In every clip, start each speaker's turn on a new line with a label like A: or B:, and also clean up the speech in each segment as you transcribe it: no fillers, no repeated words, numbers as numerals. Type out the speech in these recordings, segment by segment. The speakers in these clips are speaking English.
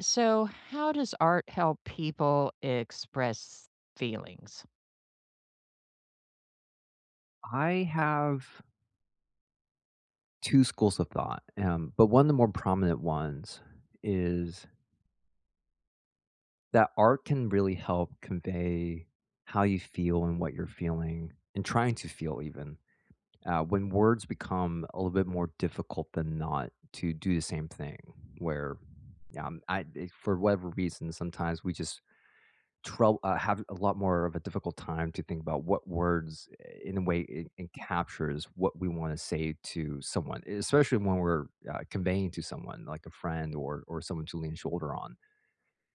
A: So, how does art help people express feelings?
B: I have 2 schools of thought, but one of the more prominent ones is that art can really help convey how you feel and what you're feeling and trying to feel even, when words become a little bit more difficult than not to do the same thing where, for whatever reason, sometimes we just trou have a lot more of a difficult time to think about what words, in a way, it captures what we wanna say to someone, especially when we're, conveying to someone, like a friend or someone to lean shoulder on,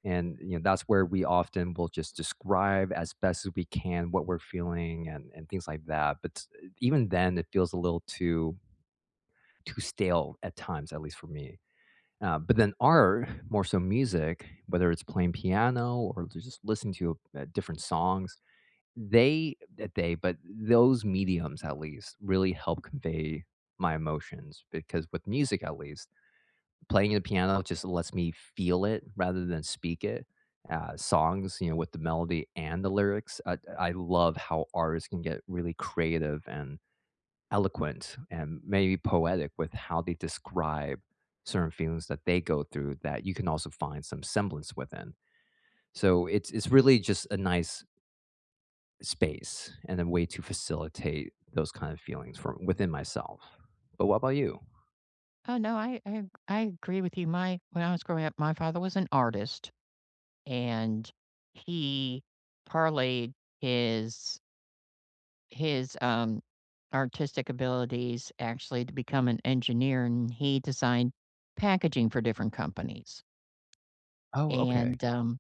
B: and, that's where we often will just describe as best as we can what we're feeling and things like that, even then, it feels a little too stale at times, at least for me, but then art, more so music, whether it's playing piano or just listening to, different songs they that they but those mediums, at least, really help convey my emotions because with music, at least, playing the piano just lets me feel it rather than speak it. Songs, with the melody and the lyrics, I love how artists can get really creative and eloquent and maybe poetic with how they describe certain feelings that they go through that you can also find some semblance within. So it's really just a nice space and a way to facilitate those kind of feelings from within myself. But what about you?
A: Oh no, I agree with you. My when I was growing up, my father was an artist, and he parlayed his his artistic abilities actually to become an engineer, and he designed packaging for different companies.
B: Oh, okay.
A: And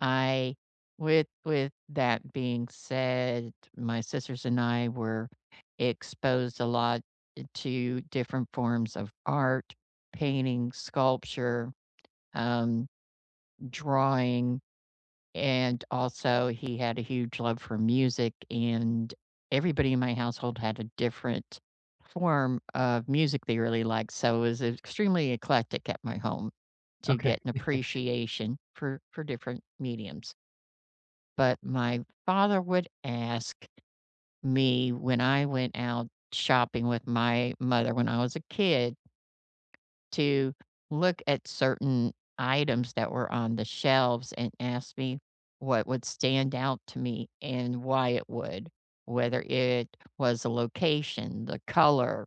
A: I with that being said, my sisters and I were exposed a lot to different forms of art, painting, sculpture, um, drawing, and also he had a huge love for music, and everybody in my household had a different form of music they really liked, so it was extremely eclectic at my home to
B: Okay.
A: get an appreciation for different mediums. But my father would ask me when I went out shopping with my mother when I was a kid to look at certain items that were on the shelves and ask me what would stand out to me and why it would, whether it was the location, the color,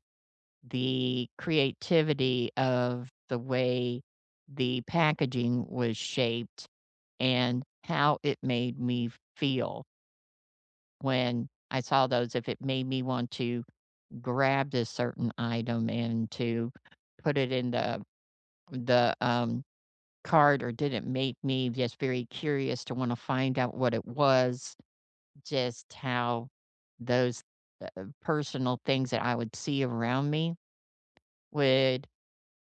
A: the creativity of the way the packaging was shaped, and how it made me feel when I saw those, if it made me want to grab this certain item and to put it in the cart, or did it make me just very curious to wanna find out what it was, just how those, personal things that I would see around me would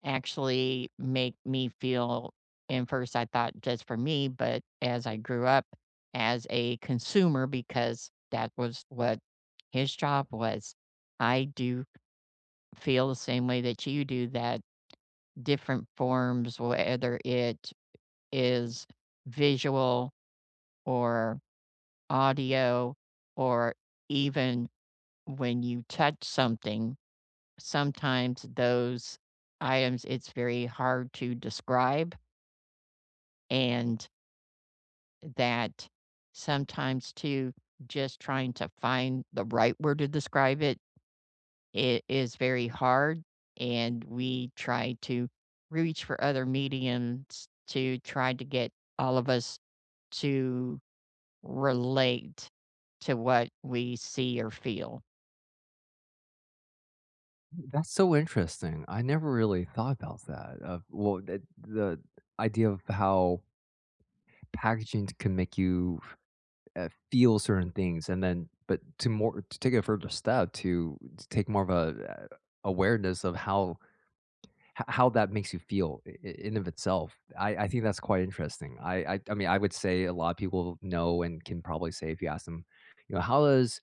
A: actually make me feel. And first I thought just for me, but as I grew up as a consumer, because that was what his job was, "I do feel the same way that you do, that different forms, whether it is visual or audio, or even when you touch something, sometimes those items, it's very hard to describe." And that sometimes too, just trying to find the right word to describe it, it is very hard, and we try to reach for other mediums to try to get all of us to relate to what we see or feel.
B: That's so interesting. I never really thought about that. Of well, the idea of how packaging can make you feel certain things, and then, but to more to take a further step to take more of a awareness of how how that makes you feel in of itself. I think that's quite interesting. I mean I would say a lot of people know and can probably say if you ask them, how does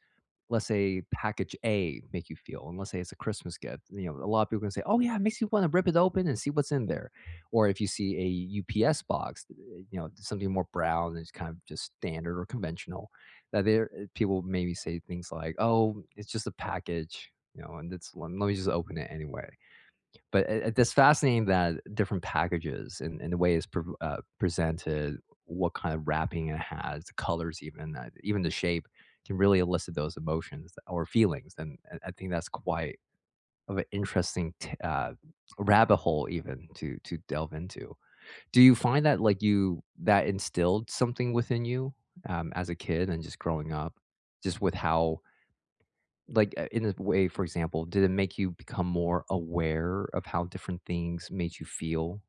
B: let's say package A make you feel? And let's say it's a Christmas gift. A lot of people can say, oh yeah, it makes you want to rip it open and see what's in there. Or if you see a UPS box, something more brown and it's kind of just standard or conventional, that there people maybe say things like, oh, it's just a package, and it's let me just open it anyway. But it's fascinating that different packages and the way it's presented, what kind of wrapping it has, the colors, even the shape, can really elicit those emotions or feelings. And I think that's quite of an interesting rabbit hole, even to delve into. Do you find that like you that instilled something within you as a kid and just growing up, just with how like, in a way, for example, did it make you become more aware of how different things made you feel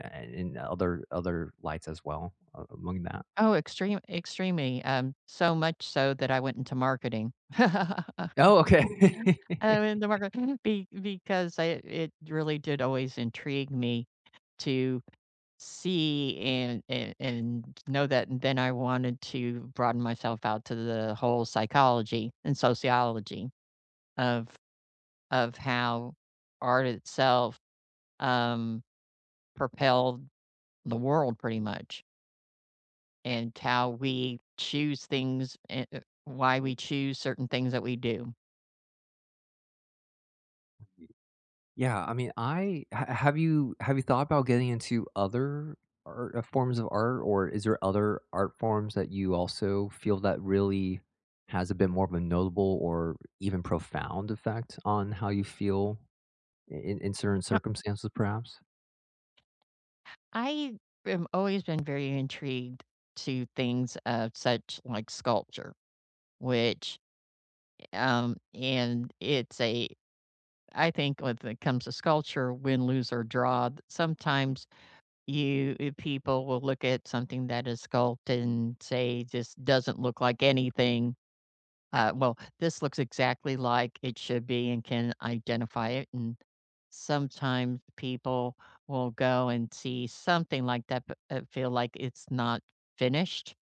B: and in other lights as well a among that?
A: Oh, extremely, so much so that I went into marketing. I
B: Oh, okay.
A: went into marketing be because I it really did always intrigue me to see and and know that. And then I wanted to broaden myself out to the whole psychology and sociology of how art itself um propelled the world, pretty much, and how we choose things, and why we choose certain things that we do.
B: Yeah, I mean, I ha have you thought about getting into other forms of art, or is there other art forms that you also feel that really has a bit more of a notable or even profound effect on how you feel in certain
A: Uh,
B: circumstances, perhaps?
A: I have always been very intrigued to things of such like sculpture, which and it's a I think when it comes to sculpture, win, lose, or draw, sometimes you people will look at something that is sculpted and say this doesn't look like anything. Well, this looks exactly like it should be and can identify it. And sometimes people will go and see something like that, but feel like it's not finished.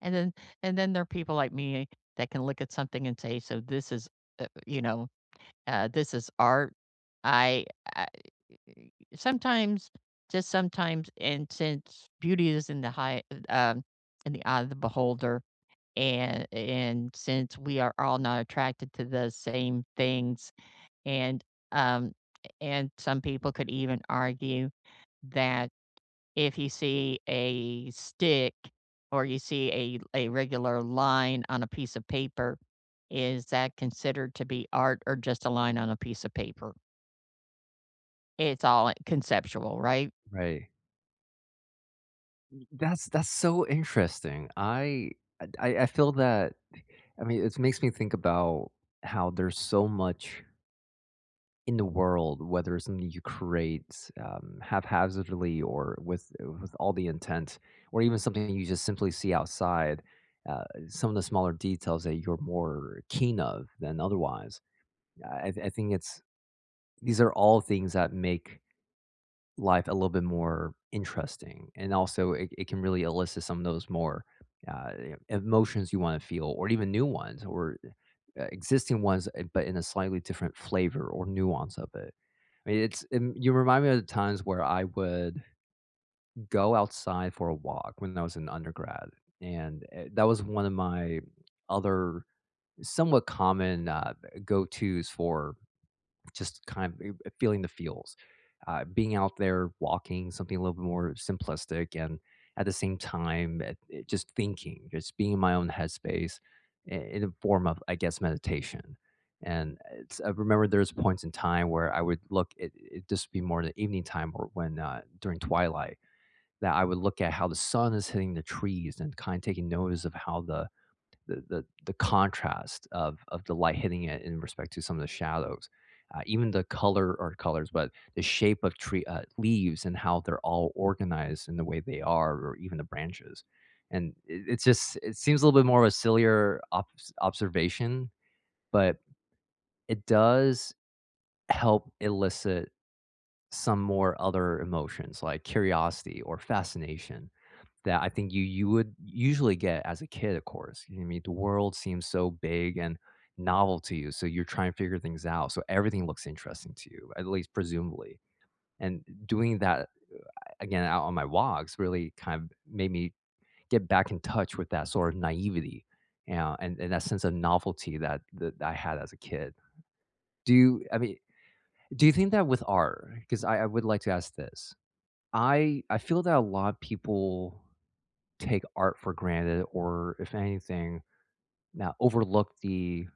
A: And then, and then there are people like me that can look at something and say, "So this is, you know." This is art. I, I sometimes, just sometimes, and since beauty is in um, the eye of the beholder, and since we are all not attracted to the same things, and um, and some people could even argue that if you see a stick or you see a regular line on a piece of paper, is that considered to be art or just a line on a piece of paper? It's all conceptual, right?
B: Right. That's so interesting. I feel that I mean, it makes me think about how there's so much in the world, whether it's something you create, haphazardly or with all the intent, or even something you just simply see outside, some of the smaller details that you're more keen of than otherwise. I think it's these are all things that make life a little bit more interesting, and also it can really elicit some of those more, e emotions you wanna feel or even new ones or, existing ones, but in a slightly different flavor or nuance of it. I mean, it's you remind me of the times where I would go outside for a walk when I was an undergrad, and, that was one of my other somewhat common, go-tos for just kind of feeling the feels, being out there walking, something a little bit more simplistic, and at the same time, just thinking, just being in my own headspace in a form of, I guess, meditation. And I remember there's points in time where I would look, it just be more in the evening time or when during twilight, that I would look at how the sun is hitting the trees and kind of taking notice of how the contrast of the light hitting it in respect to some of the shadows, even the color or colors, but the shape of tree leaves and how they're all organized in the way they are, or even the branches. And it's just it seems a little bit more of a sillier observation, but it does help elicit some more other emotions like curiosity or fascination that I think you would usually get as a kid, of course. You know what I mean? The world seems so big and novel to you, so you're trying to figure things out, so everything looks interesting to you, at least presumably. And doing that again out on my walks really kind of made me get back in touch with that sort of naivety, and that sense of novelty that I had as a kid. Do you I mean, do you think that with art? 'Cause I would like to ask this. I feel that a lot of people take art for granted or if anything, now overlook the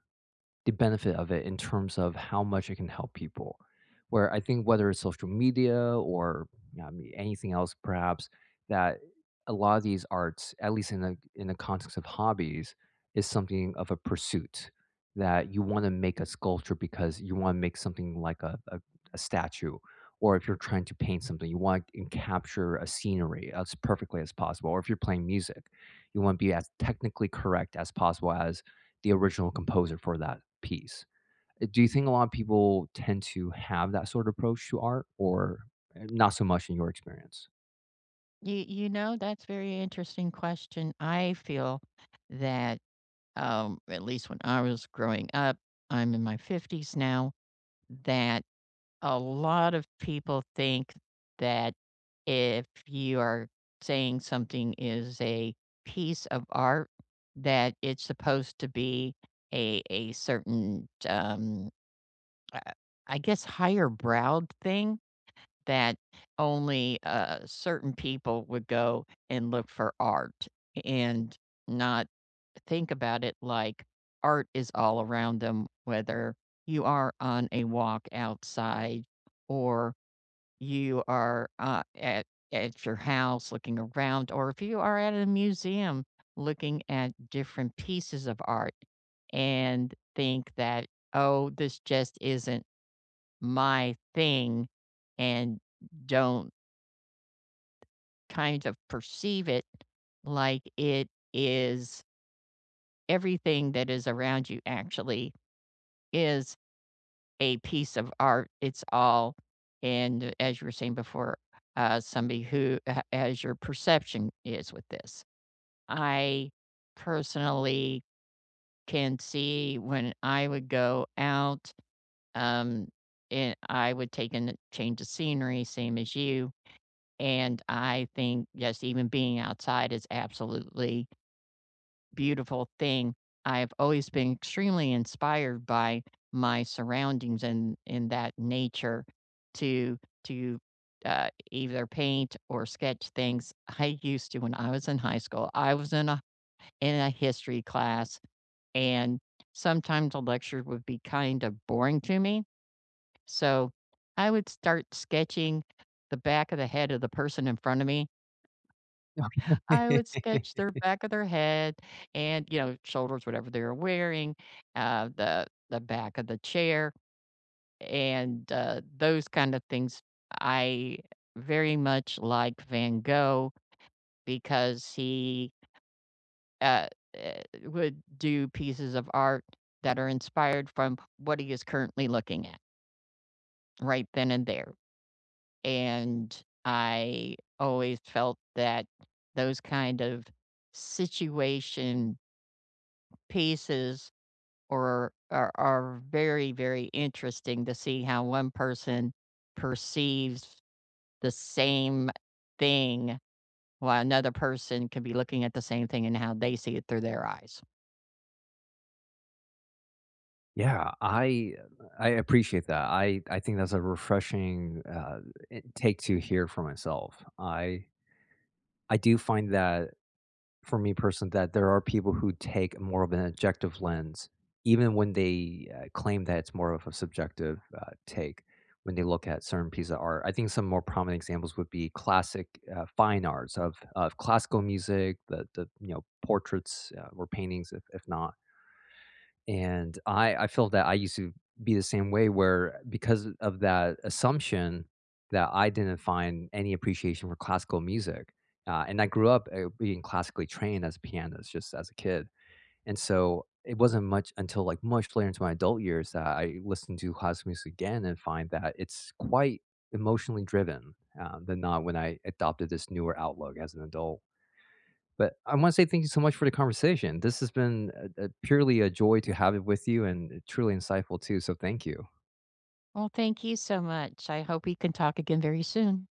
B: the benefit of it in terms of how much it can help people. Where I think whether it's social media or I mean, anything else, perhaps that a lot of these arts, at least in the context of hobbies, is something of a pursuit that you want to make a sculpture because you want to make something like a statue, or if you're trying to paint something, you want to capture a scenery as perfectly as possible. Or if you're playing music, you want to be as technically correct as possible as the original composer for that piece. Do you think a lot of people tend to have that sort of approach to art or not so much in your experience?
A: You know, that's very interesting question. I feel that, at least when I was growing up, I'm in my 50s now, that a lot of people think that if you are saying something is a piece of art, that it's supposed to be a certain, uh, I guess, higher browed thing, that only, certain people would go and look for art and not think about it like art is all around them, whether you are on a walk outside or you are, at your house looking around, or if you are at a museum looking at different pieces of art and think that, "Oh, this just isn't my thing," and don't kind of perceive it like it is everything that is around you. Actually is a piece of art. It's all, and as you were saying before, somebody who as your perception is with this. I personally can see when I would go out, um, and I would take in a change of scenery, same as you. And I think, yes, even being outside is absolutely beautiful thing. I've always been extremely inspired by my surroundings and in that nature to to either paint or sketch things. I used to when I was in high school. I was in a history class, and sometimes the lecture would be kind of boring to me. So I would start sketching the back of the head of the person in front of me. I
B: Okay.
A: would sketch their back of their head and, you know, shoulders, whatever they were wearing, the back of the chair, and, those kind of things. I very much like Van Gogh because he, uh would do pieces of art that are inspired from what he is currently looking at right then and there, and I always felt that those kind of situation pieces or are very, very interesting to see how one person perceives the same thing while another person could be looking at the same thing and how they see it through their eyes.
B: Yeah, I appreciate that. I think that's a refreshing, take to hear for myself. I do find that for me personally, that there are people who take more of an objective lens, even when they claim that it's more of a subjective take when they look at certain pieces of art. I think some more prominent examples would be classic fine arts of classical music, the portraits or paintings, if not. And I feel that I used to be the same way where because of that assumption that I didn't find any appreciation for classical music, and I grew up, being classically trained as a pianist just as a kid, and so it wasn't much until, like, much later into my adult years that I listened to classical music again and find that it's quite emotionally driven, than not when I adopted this newer outlook as an adult. But I want to say thank you so much for the conversation. This has been a purely a joy to have it with you and truly insightful too. So thank you.
A: Well, thank you so much. I hope we can talk again very soon.